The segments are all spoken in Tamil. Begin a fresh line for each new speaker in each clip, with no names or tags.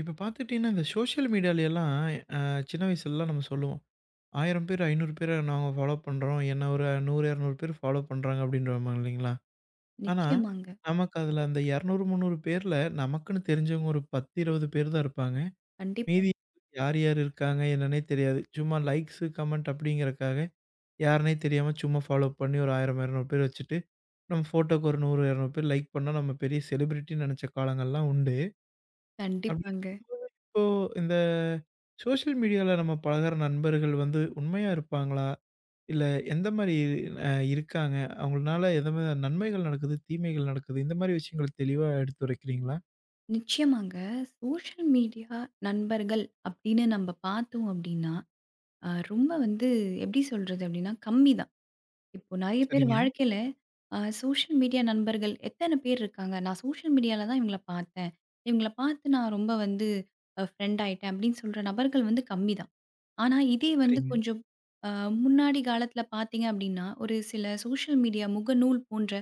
இப்ப பார்த்துக்கிட்டீங்கன்னா, இந்த சோஷியல் மீடியால எல்லாம் அ சின்ன வயசுலலாம் நம்ம சொல்லுவோம். 1000 பேர், 500 பேர நாங்க ஃபாலோ பண்றோம். என்ன ஒரு 100, 200 பேர் ஃபாலோ பண்றாங்க அப்படின்றோம் இல்லைங்களா? ஆனா,
நிச்சயமாங்க.
நமக்கு அதுல அந்த 200, 300 பேர்ல நமக்குன்னு தெரிஞ்சவங்க ஒரு 10, 20 பேர் தான் இருப்பாங்க.
கண்டிப்பாங்க,
மீதி யார் யார் இருக்காங்க என்னன்னே தெரியாது. சும்மா லைக்ஸு, கமெண்ட் அப்படிங்கிறக்காக யாருன்னே தெரியாம சும்மா ஃபாலோ பண்ணி ஒரு 1000, 200 பேர் வச்சுட்டு, நம்ம ஃபோட்டோக்கு ஒரு 100, 200 பேர் லைக் பண்ணா நம்ம பெரிய செலிபிரிட்டின்னு நெனச்ச காலங்கள்லாம் உண்டு. அப்படி
கண்டிப்பாங்க.
இருக்கும்போது இப்போ இந்த சோஷியல் மீடியால நம்ம பழகுற நண்பர்கள் வந்து உண்மையா இருப்பாங்களா? இல்ல எந்த மாரி இருக்காங்க? அவங்கனால எந்த மாரி நன்மைகள் நடக்குது? தீமைகள் நடக்குது? இந்த மாரி விஷயங்கள தெளிவா எடுத்துரைக்கிறீங்களா?
நிச்சயமாங்க. சோஷியல் மீடியா நண்பர்கள் அப்படின்னு நம்ம பார்த்தோம் அப்படின்னா, ரொம்ப வந்து எப்படி சொல்றது அப்படின்னா, கம்மி தான். இப்போ நெறைய பேர்
சரிங்க,
வாழ்க்கையில சோஷியல் மீடியா நண்பர்கள் எத்தன பேர் இருக்காங்க? நான் சோஷியல் மீடியால தான் இவங்கள பார்த்தேன். இவங்கள பார்த்து நான் ரொம்ப வந்து ஃப்ரெண்ட் ஆயிட்டேன் அப்படின்னு சொல்ற நபர்கள் வந்து கம்மி தான். ஆனா, இதே வந்து
சரிங்க.
கொஞ்சம் அ முன்னாடி காலத்தில பார்த்தீங்க அப்படின்னா, ஒரு சில சோஷியல் மீடியா முகநூல் போன்ற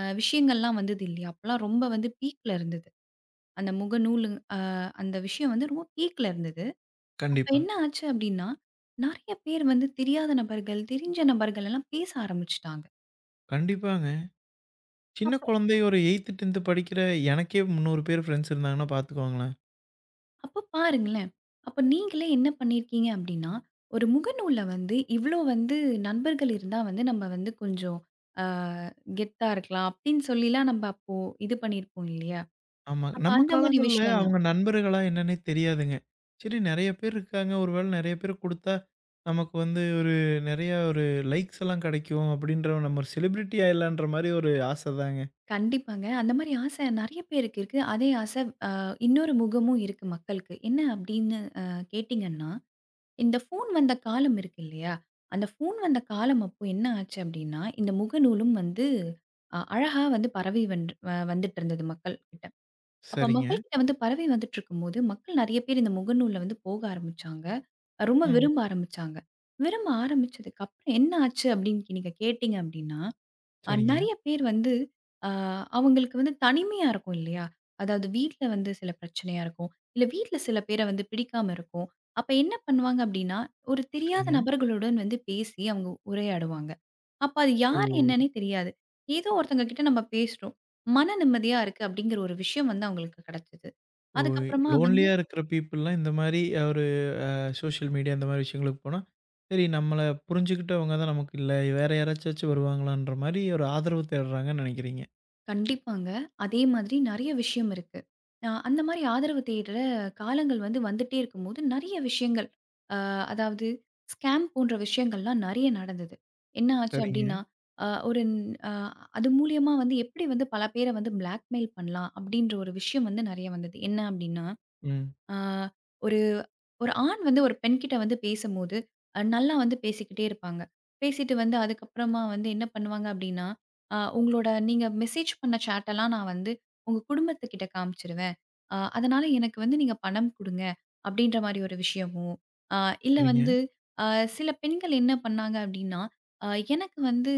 விஷயங்கள்லாம் வந்தது இல்லையா? அப்பலாம் ரொம்ப வந்து பீக்ல இருந்தது. அந்த முகநூலு அ அந்த விஷயம் வந்து ரொம்ப பீக்ல இருந்தது. அப்ப
கண்டிப்பா,
என்ன ஆச்சு அப்டின்னா, நெறைய பேர் வந்து தெரியாத நபர்கள், தெரிஞ்ச நபர்கள் எல்லாம் பேச ஆரம்பிச்சுட்டாங்க.
கண்டிப்பாங்க. சின்ன
அப்ப
குழந்தை ஒரு 8த், 10த் படிக்கிற எனக்கே 300 பேர் ஃப்ரெண்ட்ஸ் இருந்தாங்கன்னா பார்த்துக்கோங்களேன்.
அப்ப பாருங்களேன். அப்ப நீங்களே என்ன பண்ணியிருக்கீங்க அப்டின்னா, ஒரு முகநூல்ல வந்து இவ்ளோ வந்து நண்பர்கள் இருந்தா வந்து நம்ம வந்து கொஞ்சம் அ கெத்தா இருக்கலாம் அப்டின்னு சொல்லிலாம் நம்ம அப்போ இது பண்ணியிருப்போம் இல்லையா?
ஆமா.
அப்ப
நம்ம
அந்த மாரி
காலங்கள்ல
விஷயம் தான்.
அவங்க நண்பர்களா என்னன்னே தெரியாதுங்க. சரி நெறைய பேர் இருக்காங்க. ஒரு வேள நெறைய பேர் குடுத்தா, நமக்கு வந்து ஒரு நெறைய ஒரு லைக்ஸ் எல்லாம் கெடைக்கும் அப்படின்ற நம்ம ஒரு செலிபிரிட்டி ஆயிடலான்ற மாரி ஒரு ஆசை தாங்க.
கண்டிப்பாங்க. அந்த மாரி ஆசை நெறைய பேருக்கு இருக்கு. அதே ஆசை அ இன்னொரு முகமும் இருக்கு மக்களுக்கு. என்ன அப்படின்னு கேட்டீங்கன்னா, இந்த ஃபோன் வந்த காலம் இருக்கு இல்லையா? அந்த ஃபோன் வந்த காலம் அப்போ என்ன ஆச்சு அப்படின்னா, இந்த முகநூலும் வந்து அழகா வந்து பரவி வென்று வந்துட்டு இருந்தது மக்கள் கிட்ட. அப்ப
சரிங்க.
மக்கள் கிட்ட வந்து பரவி வந்துட்டு இருக்கும்போது, மக்கள் நெறைய பேர் இந்த முகநூல்ல வந்து போக ஆரம்பிச்சாங்க. ரொம்ப
ம்.
விரும்ப ஆரம்பிச்சாங்க. விரும்ப ஆரம்பிச்சதுக்கு அப்புறம் என்ன ஆச்சு அப்படின்னு நீங்க கேட்டீங்க அப்படின்னா,
சரிங்க,
நெறைய பேர் வந்து அ அவங்களுக்கு வந்து தனிமையா இருக்கும் இல்லையா? அதாவது வீட்ல வந்து சில பிரச்சனையா இருக்கும். இல்ல வீட்ல சில பேர வந்து பிடிக்காம இருக்கும். அப்ப என்ன பண்ணுவாங்க அப்டின்னா, ஒரு தெரியாத
சரிங்க.
நபர்களுடன் வந்து பேசி அவங்க உரையாடுவாங்க. அப்ப அது
ஓ!
யார் என்னன்னே தெரியாது. ஏதோ ஒருத்தங்க கிட்ட நம்ம பேசுறோம். மன நிம்மதியா இருக்கு அப்டிங்கிற ஒரு விஷயம் வந்து அவங்களுக்கு கெடைச்சது.
ஓ!
அதுக்கப்புறமா வந்து
லோன்லியா இருக்கிற பீப்பிள்லாம் இந்த மாரி ஒரு சோசியல் மீடியா இந்த மாரி விஷயங்களுக்கு போனா, சரி நம்மள புரிஞ்சுக்கிட்டவங்க தான் நமக்கு இல்ல. வேற யாராச்சாச்சும் வருவாங்களான்ற மாரி ஒரு ஆதரவு தேடுறாங்கன்னு நெனைக்கிறீங்க.
கண்டிப்பாங்க. அதே மாதிரி நெறைய விஷயம் இருக்கு. அந்த மாரி ஆதரவு தேடுற காலங்கள் வந்து வந்துட்டே இருக்கும்போது, நெறைய விஷயங்கள் அ அதாவது ஸ்கேம் போன்ற விஷயங்கள்லாம் நெறைய நடந்தது. என்ன ஆச்சு
சரிங்க.
அப்டின்னா, அ ஒரு அ அது மூலியமா வந்து எப்படி வந்து பல பேர வந்து பிளாக்மெயில் பண்ணலாம்? அப்டின்ற ஒரு விஷயம் வந்து நெறைய வந்தது. என்ன அப்டின்னா
ம்.
ஆ, ஒரு ஒரு ஆண் வந்து ஒரு பெண்கிட்ட வந்து பேசும்போது, நல்லா வந்து பேசிக்கிட்டே இருப்பாங்க. பேசிட்டு வந்து அதுக்கப்புறமா வந்து என்ன பண்ணுவாங்க அப்டின்னா, உங்களோட நீங்க மெசேஜ் பண்ண சேட்டெல்லாம் நான் வந்து உங்க குடும்பத்துக்கிட்ட காமிச்சுருவேன். அதனால எனக்கு வந்து நீங்க பணம் குடுங்க அப்டின்ற மாரி ஒரு விஷயமும், அ இல்ல
சரிங்க.
வந்து அ சில பெண்கள் என்ன பண்ணாங்க அப்டின்னா, அ எனக்கு வந்து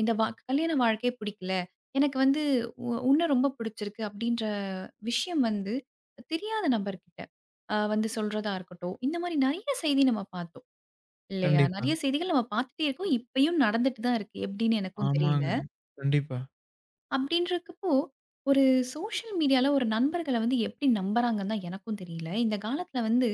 இந்த கல்யாண வாழ்க்கையே பிடிக்கல. எனக்கு வந்து உன்ன ரொம்ப பிடிச்சிருக்கு அப்டின்ற விஷயம் வந்து தெரியாத நபர்கிட்ட வந்து சொல்றதா இருக்கட்டும். இந்த மாரி நெறைய செய்தி நம்ம பார்த்தோம் இல்லையா?
கண்டிப்பா.
நெறைய செய்திகள் நம்ம பார்த்துட்டே இருக்கோம். இப்பயும் நடந்துட்டு தான் இருக்கு. எப்படின்னு எனக்கும் தெரியல.
ஆமாங்க. கண்டிப்பா,
அப்படின்றக்கப்போ, ஒரு சோஷியல் மீடியால ஒரு நண்பர்கள வந்து எப்படி நம்புறாங்கன்னு தான் எனக்கும் தெரியல. இந்த காலத்தில வந்து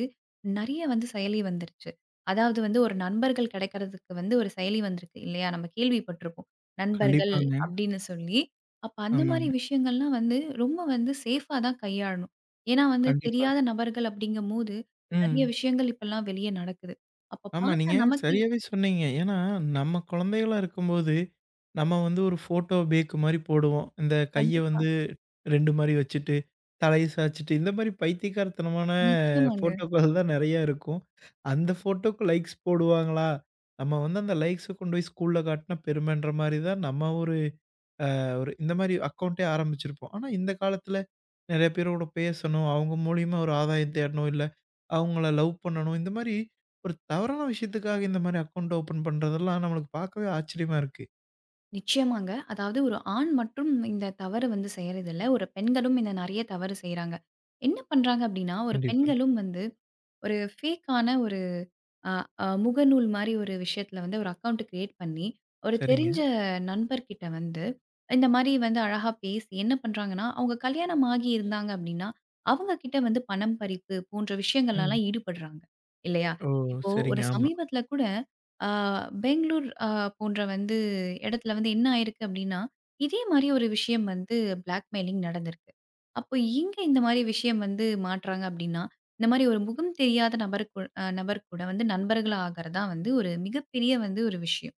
நெறைய வந்து செயலி வந்துருச்சு. அதாவது வந்து ஒரு நண்பர்கள் கிடைக்கிறதுக்கு வந்து ஒரு செயலி வந்திருக்கு இல்லையா? நம்ம கேள்விப்பட்டிருப்போம். நண்பர்கள்
கண்டிப்பாங்க.
அப்படின்னு சொல்லி. அப்ப அந்த மாரி
ஆமாங்க.
விஷயங்கள்லாம் வந்து ரொம்ப வந்து சேஃபா தான் கையாளணும். ஏன்னா வந்து
கண்டிப்பா.
தெரியாத நபர்கள் அப்படிங்கும்போது, நெறைய
ம்.
விஷயங்கள் இப்பல்லாம் வெளிய நடக்குது. அப்ப
ஆமா,
பார்த்தா
நீங்க
நமக்கே
சரியாவே சொன்னீங்க. ஏன்னா, நம்ம குழந்தைகளா இருக்கும்போது, நம்ம வந்து ஒரு ஃபோட்டோ பேக் மாரி போடுவோம். இந்த கைய
கண்டிப்பா
வந்து 2 மாரி வச்சுட்டு, தலைய சாய்ச்சுட்டு, இந்த மாரி பைத்தியக்காரத்தனமான
நிச்சயமாங்க.
ஃபோட்டோக்கள் தான் நெறையா இருக்கும். அந்த ஃபோட்டோக்கு லைக்ஸ் போடுவாங்களா? நம்ம வந்து அந்த லைக்ஸ கொண்டு போய் ஸ்கூல்ல காட்டுனா பெருமைன்ற மாரி தான் நம்ம ஒரு ஒரு இந்த மாரி அக்கவுண்டே ஆரம்பிச்சிருப்போம். ஆனா, இந்த காலத்தில நிறைய பேரோட பேசணும். அவங்க மூலியமா ஒரு ஆதாயம் தேடணும். இல்ல அவங்கள லவ் பண்ணணும். இந்த மாரி ஒரு தவறான விஷயத்துக்காக இந்த மாரி அக்கவுண்ட் ஓப்பன் பண்றதெல்லாம் நம்மளுக்கு பார்க்கவே ஆச்சரியமா இருக்கு.
நிச்சயமாங்க. அதாவது ஒரு ஆண் மட்டும் இந்த தவறு வந்து செய்றதில்ல. ஒரு பெண்களும் இந்த நெறைய தவறு செய்றாங்க. என்ன பண்றாங்க அப்டின்னா, ஒரு
கண்டிப்பா.
பெண்களும் வந்து ஒரு ஃபேக்கான ஒரு அ அ முகநூல் மாரி ஒரு விஷயத்துல வந்து ஒரு அக்கவுண்ட் கிரியேட் பண்ணி, ஒரு
சரிங்க.
தெரிஞ்ச நண்பர்கிட்ட வந்து, இந்த மாரி வந்து அழகா பேசி என்ன பண்றாங்கன்னா, அவங்க கல்யாணம் ஆகி இருந்தாங்க அப்டின்னா, அவங்க கிட்ட வந்து பணம் பறிப்பு போன்ற
ம்.
விஷயங்கள்லலாம் ஈடுபடுறாங்க. இல்லையா?
ஓ!
இப்போ
சரிங்க.
ஒரு
ஆமா.
சமீபத்துல கூட அ பெங்களூர் போன்ற வந்து இடத்துல வந்து என்ன ஆயிருக்கு அப்டின்னா, இதே மாரி ஒரு விஷயம் வந்து பிளாக்மெயிலிங் நடந்திருக்கு. அப்போ இங்க இந்த மாரி விஷயம் வந்து மாட்றாங்க அப்டின்னா, இந்த மாரி ஒரு முகம் தெரியாத நபர் கூ அ நபர் கூட வந்து நண்பர்களா ஆகுறது தான் வந்து ஒரு மிகப்பெரிய வந்து ஒரு விஷயம்.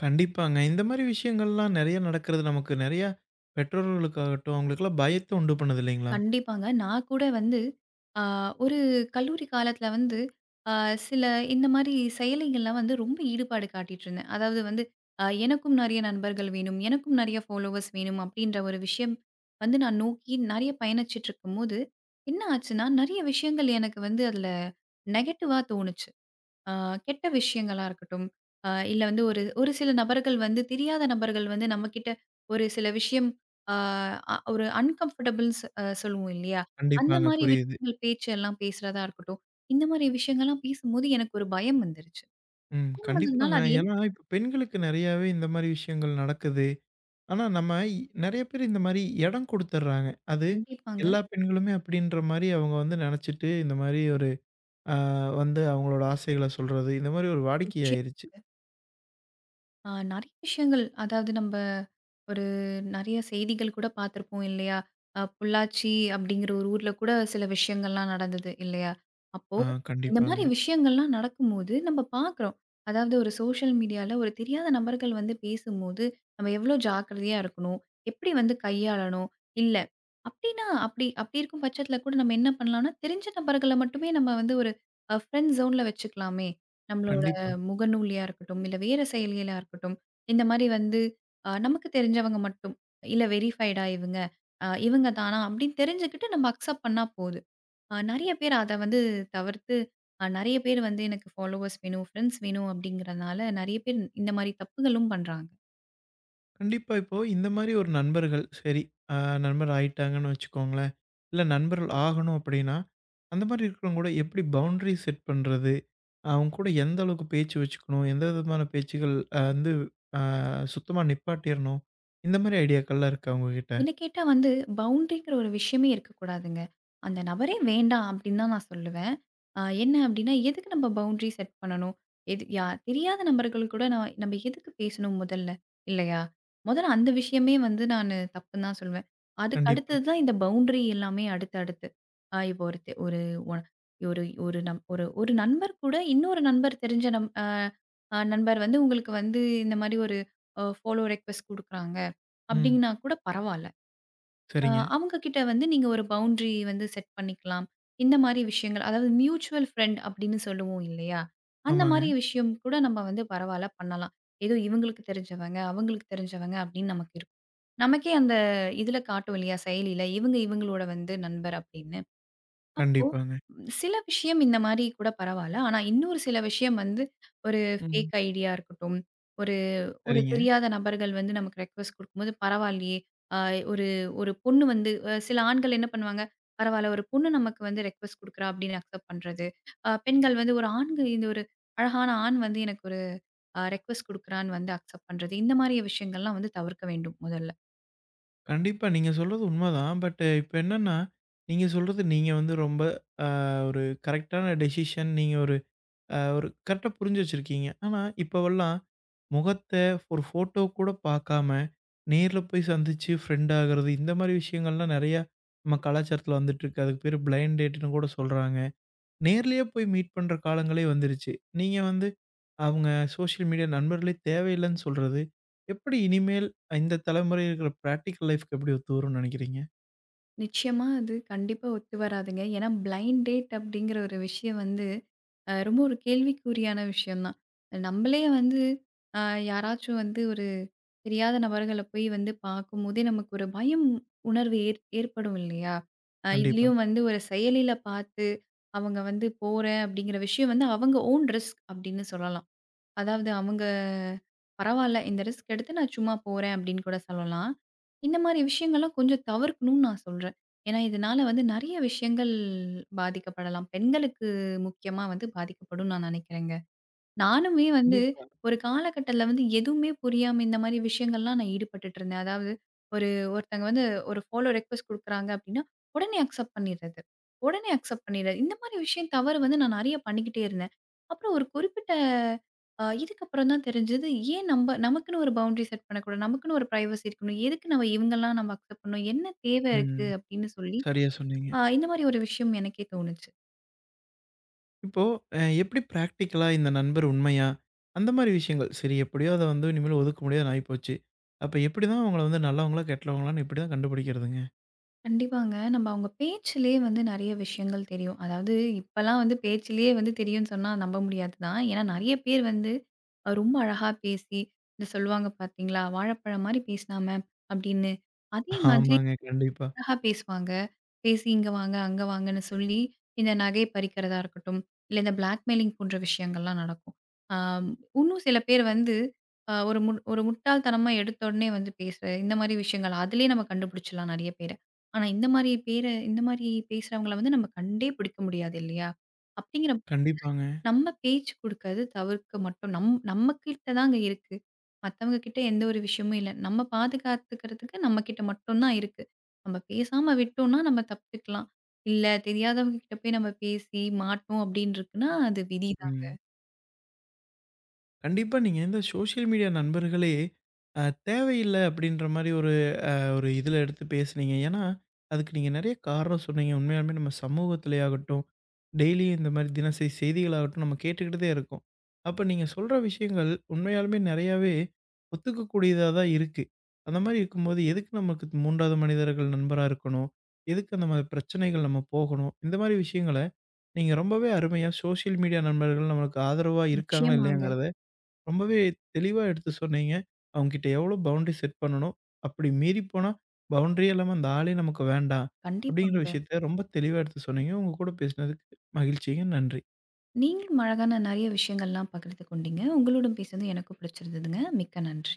கண்டிப்பாங்க. இந்த மாரி விஷயங்கள்லாம் நெறைய நடக்கிறது நமக்கு நெறைய பெற்றோர்களுக்காகட்டும், அவங்களுக்கெல்லாம் பயத்த உண்டு பண்ணுது இல்லைங்களா?
கண்டிப்பாங்க. நான் கூட வந்து அ ஒரு கல்லூரி காலத்தில வந்து அ சில இந்த மாரி செயலிகள்லாம் வந்து ரொம்ப ஈடுபாடு காட்டிட்டுருந்தேன். அதாவது வந்து எனக்கும் நெறைய நண்பர்கள் வேணும், எனக்கும் நெறைய ஃபாலோவர்ஸ் வேணும் அப்டின்ற ஒரு விஷயம் வந்து நான் நோக்கி நெறைய பயணிச்சுட்டு இருக்கும்போது, என்ன ஆச்சுன்னா, நெறைய விஷயங்கள் எனக்கு வந்து அதில நெகட்டிவா தோணுச்சு. ஆ கெட்ட விஷயங்களா இருக்கட்டும், இல்ல வந்து ஒரு ஒரு சில நபர்கள் வந்து தெரியாத நபர்கள் வந்து நம்மகிட்ட ஒரு சில விஷயம் ஆ அ ஒரு அன்கம்ஃபர்டபுள்ஸ் சொல்லுவோம் இல்லையா? அந்த
கண்டிப்பாங்க.
மாரி
புரியுது.
விஷயங்கள் பேச்சு எல்லாம் பேசுறதா இருக்கட்டும். இந்த மாரி விஷயங்கள்லாம் பேசும்போது எனக்கு ஒரு பயம் வந்துருச்சு.
ம்.
பயம் வந்ததுனால
கண்டிப்பாங்க.
அது என்ன
ஏன்னா இப்ப பெண்களுக்கு நெறையாவே இந்த மாரி விஷயங்கள் நடக்குது. ஆனா, நம்ம இ நெறைய பேர் இந்த மாரி இடம் குடுத்துர்றாங்க. அது
கண்டிப்பாங்க.
எல்லா பெண்களுமே அப்படின்ற மாரி அவங்க வந்து நெனச்சுட்டு, இந்த மாரி ஒரு அ வந்து அவங்களோட ஆசைகள சொல்றது, இந்த மாரி ஒரு வாடிக்கை
நிச்சயம்.
ஆயிருச்சு.
நெறைய விஷயங்கள் அதாவது நம்ப ஒரு நெறைய செய்திகள் கூட பார்த்துருப்போம் இல்லையா? பொள்ளாச்சி அப்படிங்கிற ஒரு ஊர்ல கூட சில விஷயங்கள்லாம் நடந்தது இல்லையா? அப்போ
ஆ
இந்த
கண்டிப்பாங்க.
மாரி விஷயங்கள்லாம் நடக்கும்போது நம்ம பார்க்குறோம். அதாவது ஒரு சோஷியல் மீடியால ஒரு தெரியாத நபர்கள் வந்து பேசும்போது, நம்ம எவ்வளோ ஜாக்கிரதையா இருக்கணும்? எப்படி வந்து கையாளணும்? இல்ல அப்படின்னா அப்படி அப்படி இருக்கும் பட்சத்தில கூட நம்ம என்ன பண்ணலாம்னா, தெரிஞ்ச நபர்கள மட்டுமே நம்ம வந்து ஒரு ஃப்ரெண்ட் ஜோன்ல வச்சுக்கலாமே! நம்மளோட
கண்டிப்பா.
முகநூலியா இருக்கட்டும், இல்ல வேற செயலிகளா இருக்கட்டும். இந்த மாரி வந்து நமக்கு தெரிஞ்சவங்க மட்டும். இல்ல வெரிஃபைடா இவங்க. இவங்க தானா அப்படின்னு தெரிஞ்சுக்கிட்டு நம்ம அக்செப்ட் பண்ணா போதும். நெறைய பேர் அத வந்து தவிர்த்து நெறைய பேர் வந்து எனக்கு ஃபாலோவர்ஸ் வேணும், ஃப்ரெண்ட்ஸ் வேணும் அப்படிங்கிறனால நெறைய பேர் இந்த மாரி தப்புகளும் பண்றாங்க.
கண்டிப்பா இப்போ இந்த மாரி ஒரு நண்பர்கள் சரி, அ நண்பர் ஆயிட்டாங்கன்னு வச்சுக்கோங்களேன். இல்ல நண்பர்கள் ஆகணும் அப்படின்னா, அந்த மாரி இருக்கிறவங்க கூட எப்படி பவுண்டரி செட் பண்றது? அவங்க கூட எந்த அளவுக்கு பேச்சு வச்சுக்கணும்? எந்த விதமான பேச்சுகள் வந்து அ சுத்தமா நிப்பாட்டிறணும்? இந்த மாரி ஐடியாக்கள்லாம் இருக்கா உங்ககிட்ட?
என்ன கேட்டா வந்து பவுண்டரிங்கிற ஒரு விஷயமே இருக்கக்கூடாதுங்க. அந்த நபரே வேண்டாம் அப்படின்னு தான் நான் சொல்லுவேன். என்ன அப்படின்னா, எதுக்கு நம்ம பவுண்டரி செட் பண்ணணும்? எது யா தெரியாத நபர்கள் கூட நான் நம்ம எதுக்கு பேசணும் முதல்ல? இல்லையா? முதல்ல அந்த விஷயமே வந்து நானு தப்புன்னு தான் சொல்லுவேன். அதுக்கு
கண்டிப்பா.
அடுத்தது தான் இந்த பவுண்டரி எல்லாமே அடுத்து அடுத்து. அ இப்போ ஒரு தெ ஒரு ஒ ஒரு ஒரு நம் ஒரு ஒரு நண்பர் கூட இன்னொரு நண்பர் தெரிஞ்ச நம் அ அ நண்பர் வந்து உங்களுக்கு வந்து இந்த மாரி ஒரு ஃபாலோ ரெக்வெஸ்ட் குடுக்குறாங்க.
ம்.
அப்படின்னா கூட பரவால்ல.
சரிங்க.
அவங்க கிட்ட வந்து நீங்க ஒரு பவுண்ட்ரி வந்து செட் பண்ணிக்கலாம். இந்த மாரி விஷயங்கள், அதாவது மியூச்சுவல் ஃப்ரெண்ட் அப்படின்னு சொல்லுவோம் இல்லையா? அந்த
ஆமாங்க.
மாரி விஷயம் கூட நம்ம வந்து பரவால்ல பண்ணலாம். ஏதோ இவங்களுக்கு தெரிஞ்சவங்க, அவங்களுக்கு தெரிஞ்சவங்க அப்படின்னு நமக்கு இருக்கும். நமக்கே அந்த இதுல காட்டும் இல்லையா? செயலில இவங்க இவங்களோட வந்து நண்பர் அப்படின்னு. அப்போ
கண்டிப்பாங்க.
ம், சில விஷயம் இந்த மாரி கூட பரவால்ல. ஆனா இன்னொரு சில விஷயம் வந்து ஒரு
ம்.
ஃபேக் ஐடியா இருக்கட்டும், ஒரு ஒரு
சரிங்க.
தெரியாத நபர்கள் வந்து நமக்கு ரெக்வெஸ்ட் குடுக்கும்போது பரவாயில்லையே! அ ஒரு ஒரு பொண்ணு வந்து சில ஆண்கள் என்ன பண்ணுவாங்க, பரவால்ல ஒரு பொண்ணு நமக்கு வந்து ரெக்வெஸ்ட் குடுக்குறா அப்படின்னு அக்செப்ட் பண்றது. பெண்கள் வந்து ஒரு ஆண்கு இந்த ஒரு அழகான ஆண் வந்து எனக்கு ஒரு ரெக்வெஸ்ட் குடுக்குறான்னு வந்து அக்செப்ட் பண்றது. இந்த மாரிய விஷயங்கள்லாம் வந்து தவிர்க்க வேண்டும் முதல்ல.
கண்டிப்பா நீங்க சொல்றது உண்மதான். பட் இப்ப என்னன்னா, நீங்க சொல்றது நீங்க வந்து ரொம்ப அ ஒரு கரெக்ட்டான டெசிஷன். நீங்க ஒரு ஒரு கரெக்ட்டா புரிஞ்சு வச்சிருக்கீங்க. ஆனா, இப்பவெல்லாம் முகத்த ஒரு ஃபோட்டோ கூட பார்க்காம, நேர்ல போய் சந்திச்சு ஃப்ரெண்ட் ஆகுறது, இந்த மாரி விஷயங்கள்லாம் நெறையா நம்ம கலாச்சாரத்துல வந்துட்டுருக்கு. அதுக்கு பேரு பிளைண்ட் டேட்ன்னு கூட சொல்றாங்க. நேர்லயே போய் மீட் பண்ற காலங்களே வந்துருச்சு. நீங்க வந்து அவங்க சோசியல் மீடியா நண்பர்களே தேவையில்லன்னு சொல்றது, எப்படி இனிமேல் இந்த தலைமுறையில இருக்கிற பிராக்டிகல் லைஃப்க்கு எப்படி ஒத்து வரும்னு நினைக்கிறீங்க?
நிச்சயமா அது கண்டிப்பா ஒத்து வராதுங்க. ஏன்னா பிளைண்ட் டேட் அப்படிங்கிற ஒரு விஷயம் வந்து ரொம்ப ஒரு கேள்விக்குறியான விஷயம் தான். நம்மளே வந்து அ யாராச்சும் வந்து ஒரு தெரியாத நபர்கள போய் வந்து பார்க்கும்போதே நமக்கு ஒரு பயம் உணர்வு ஏற்படும் இல்லையா?
கண்டிப்பா.
இதுலயும் வந்து ஒரு செயலில பார்த்து அவங்க வந்து போறேன் அப்படிங்கிற விஷயம் வந்து அவங்க ஓன் ரிஸ்க் அப்படின்னு சொல்லலாம். அதாவது அவங்க பரவால்ல. இந்த ரிஸ்க் எடுத்து நான் சும்மா போறேன் அப்படின்னு கூட சொல்லலாம். இந்த மாரி விஷயங்கள்லாம் கொஞ்சம் தவிர்க்கணும்னு நான் சொல்றேன். ஏன்னா இதனால வந்து நெறைய விஷயங்கள் பாதிக்கப்படலாம். பெண்களுக்கு முக்கியமா வந்து பாதிக்கப்படும் நான் நெனைக்கிறேங்க. நானுமே வந்து
கண்டிப்பா.
ஒரு காலகட்டத்தில வந்து எதுவுமே புரியாம இந்த மாரி விஷயங்கள்லாம் நான் ஈடுபட்டுட்டு இருந்தேன். அதாவது ஒரு ஒருத்தங்க வந்து ஒரு ஃபாலோ ரிக்வெஸ்ட் குடுக்குறாங்க அப்டின்னா, உடனே அக்செப்ட் பண்ணிறது. உடனே அக்செப்ட் பண்ணிறது. இந்த மாரி விஷயம் தவறு வந்து நான் நெறைய பண்ணிக்கிட்டே இருந்தேன். அப்புறம் ஒரு குறிப்பிட்ட இதுக்கப்புறம் தான் தெரிஞ்சது, ஏன் நம்ப நமக்குன்னு ஒரு பவுண்டரி செட் பண்ணக்கூடாது? நமக்குன்னு ஒரு பிரைவசி இருக்கணும். எதுக்கு நம்ம இவங்கலாம் நம்ம அக்செப்ட் பண்ணணும்? என்ன தேவை இருக்கு?
ம்.
அப்டின்னு சொல்லி,
சரியா சொன்னீங்க.
இந்த மாரி ஒரு விஷயம் எனக்கே தோணுச்சு.
இப்போ எப்படி பிராக்டிகலா இந்த நண்பர் உண்மையா? அந்த மாரி விஷயங்கள். சரி எப்படியோ அத வந்து இனிமேல் ஒதுக்க முடியாதுன்னு ஆயிப்போச்சு. அப்ப எப்படிதான் அவங்கள வந்து நல்லவங்களா, கெட்டவங்களான்னு எப்படிதான் கண்டுபிடிக்கிறதுங்க?
கண்டிப்பாங்க. நம்ம அவங்க பேச்சிலேயே வந்து நெறைய விஷயங்கள் தெரியும். அதாவது இப்பலாம் வந்து பேச்சிலேயே வந்து தெரியும்னு சொன்னா நம்ப முடியாது தான். ஏன்னா நெறைய பேர் வந்து ரொம்ப அழகா பேசி இந்த சொல்லுவாங்க பார்த்தீங்களா? "வாழைப்பழம் மாரி பேசினாம" அப்படின்னு. அதே மாதிரி
ஆமாங்க. கண்டிப்பா.
அழகா பேசுவாங்க. பேசி இங்க வாங்க, அங்க வாங்கன்னு சொல்லி, இந்த நகை பறிக்கிறதா இருக்கட்டும், இல்ல இந்த பிளாக்மெயிலிங் போன்ற விஷயங்கள்லாம் நடக்கும். ஆ இன்னும் சில பேர் வந்து அ ஒரு மு ஒரு முட்டாள்தனமா எடுத்த உடனே வந்து பேசுற இந்த மாரி விஷயங்கள் அதிலயே நம்ம கண்டுபிடிச்சிடலாம் நெறைய பேர. ஆனா இந்த மாரி பேர இந்த மாரி பேசுறவங்கள வந்து நம்ம கண்டே பிடிக்க முடியாது இல்லையா? அப்படிங்கிற
கண்டிப்பாங்க.
நம்ம பேச்சு குடுக்கறது தவிர்க்க மட்டும் நம்ம கிட்ட தாங்க இருக்கு. மத்தவங்க கிட்ட எந்த ஒரு விஷயமும் இல்ல. நம்ம பாதுகாத்துக்கிறதுக்கு நம்ம கிட்ட மட்டும் தான் இருக்கு. நம்ம பேசாம விட்டோம்னா நம்ம தப்பிச்சுக்கலாம். இல்ல தெரியாதவங்க கிட்ட போய் நம்ம பேசி மாட்டோம் அப்படின்னு இருக்குன்னா அது விதிதாங்க.
ம். கண்டிப்பா. நீங்க இந்த சோசியல் மீடியா நண்பர்களே அ தேவையில்ல அப்படின்ற மாரி ஒரு ஒரு இதில எடுத்து பேசுனீங்க. ஏன்னா, அதுக்கு நீங்க நெறைய காரணம் சொன்னீங்க. உண்மையாலுமே நம்ம சமூகத்திலே ஆகட்டும், டெய்லியும் இந்த மாரி தினசரி செய்திகளாகட்டும் நம்ம கேட்டுக்கிட்டு தான் இருக்கோம். அப்ப நீங்க சொல்ற விஷயங்கள் உண்மையாலுமே நெறையாவே ஒத்துக்கக்கூடியதா தான் இருக்கு. அந்த மாரி இருக்கும்போது எதுக்கு நமக்கு 3வது மனிதர்கள் நண்பரா இருக்கணும்? எதுக்கு அந்த மாரி பிரச்சனைகள் நம்ம போகணும்? இந்த மாரி விஷயங்கள நீங்க ரொம்பவே அருமையா சோசியல் மீடியா நண்பர்கள் நம்மளுக்கு ஆதரவா இருக்காங்களா?
நிச்சயமாங்க.
இல்லையாங்கிறத ரொம்பவே தெளிவா எடுத்து சொன்னீங்க. அவங்ககிட்ட எவ்வளோ பவுண்டரி செட் பண்ணணும். அப்படி மீறி போனா, பவுண்டரியே இல்லாம அந்த ஆளே நமக்கு வேண்டாம். அப்படிங்கிற
கண்டிப்பாங்க.
விஷயத்த ரொம்ப தெளிவா எடுத்து சொன்னீங்க. உங்க கூட பேசினதுக்கு மகிழ்ச்சிங்க. நன்றி.
நீங்களும் அழகான நெறைய விஷயங்கள்லாம் பகிர்ந்து கொண்டீங்க. உங்களோட பேசுனது எனக்கும் பிடிச்சிருந்ததுங்க. மிக்க நன்றி.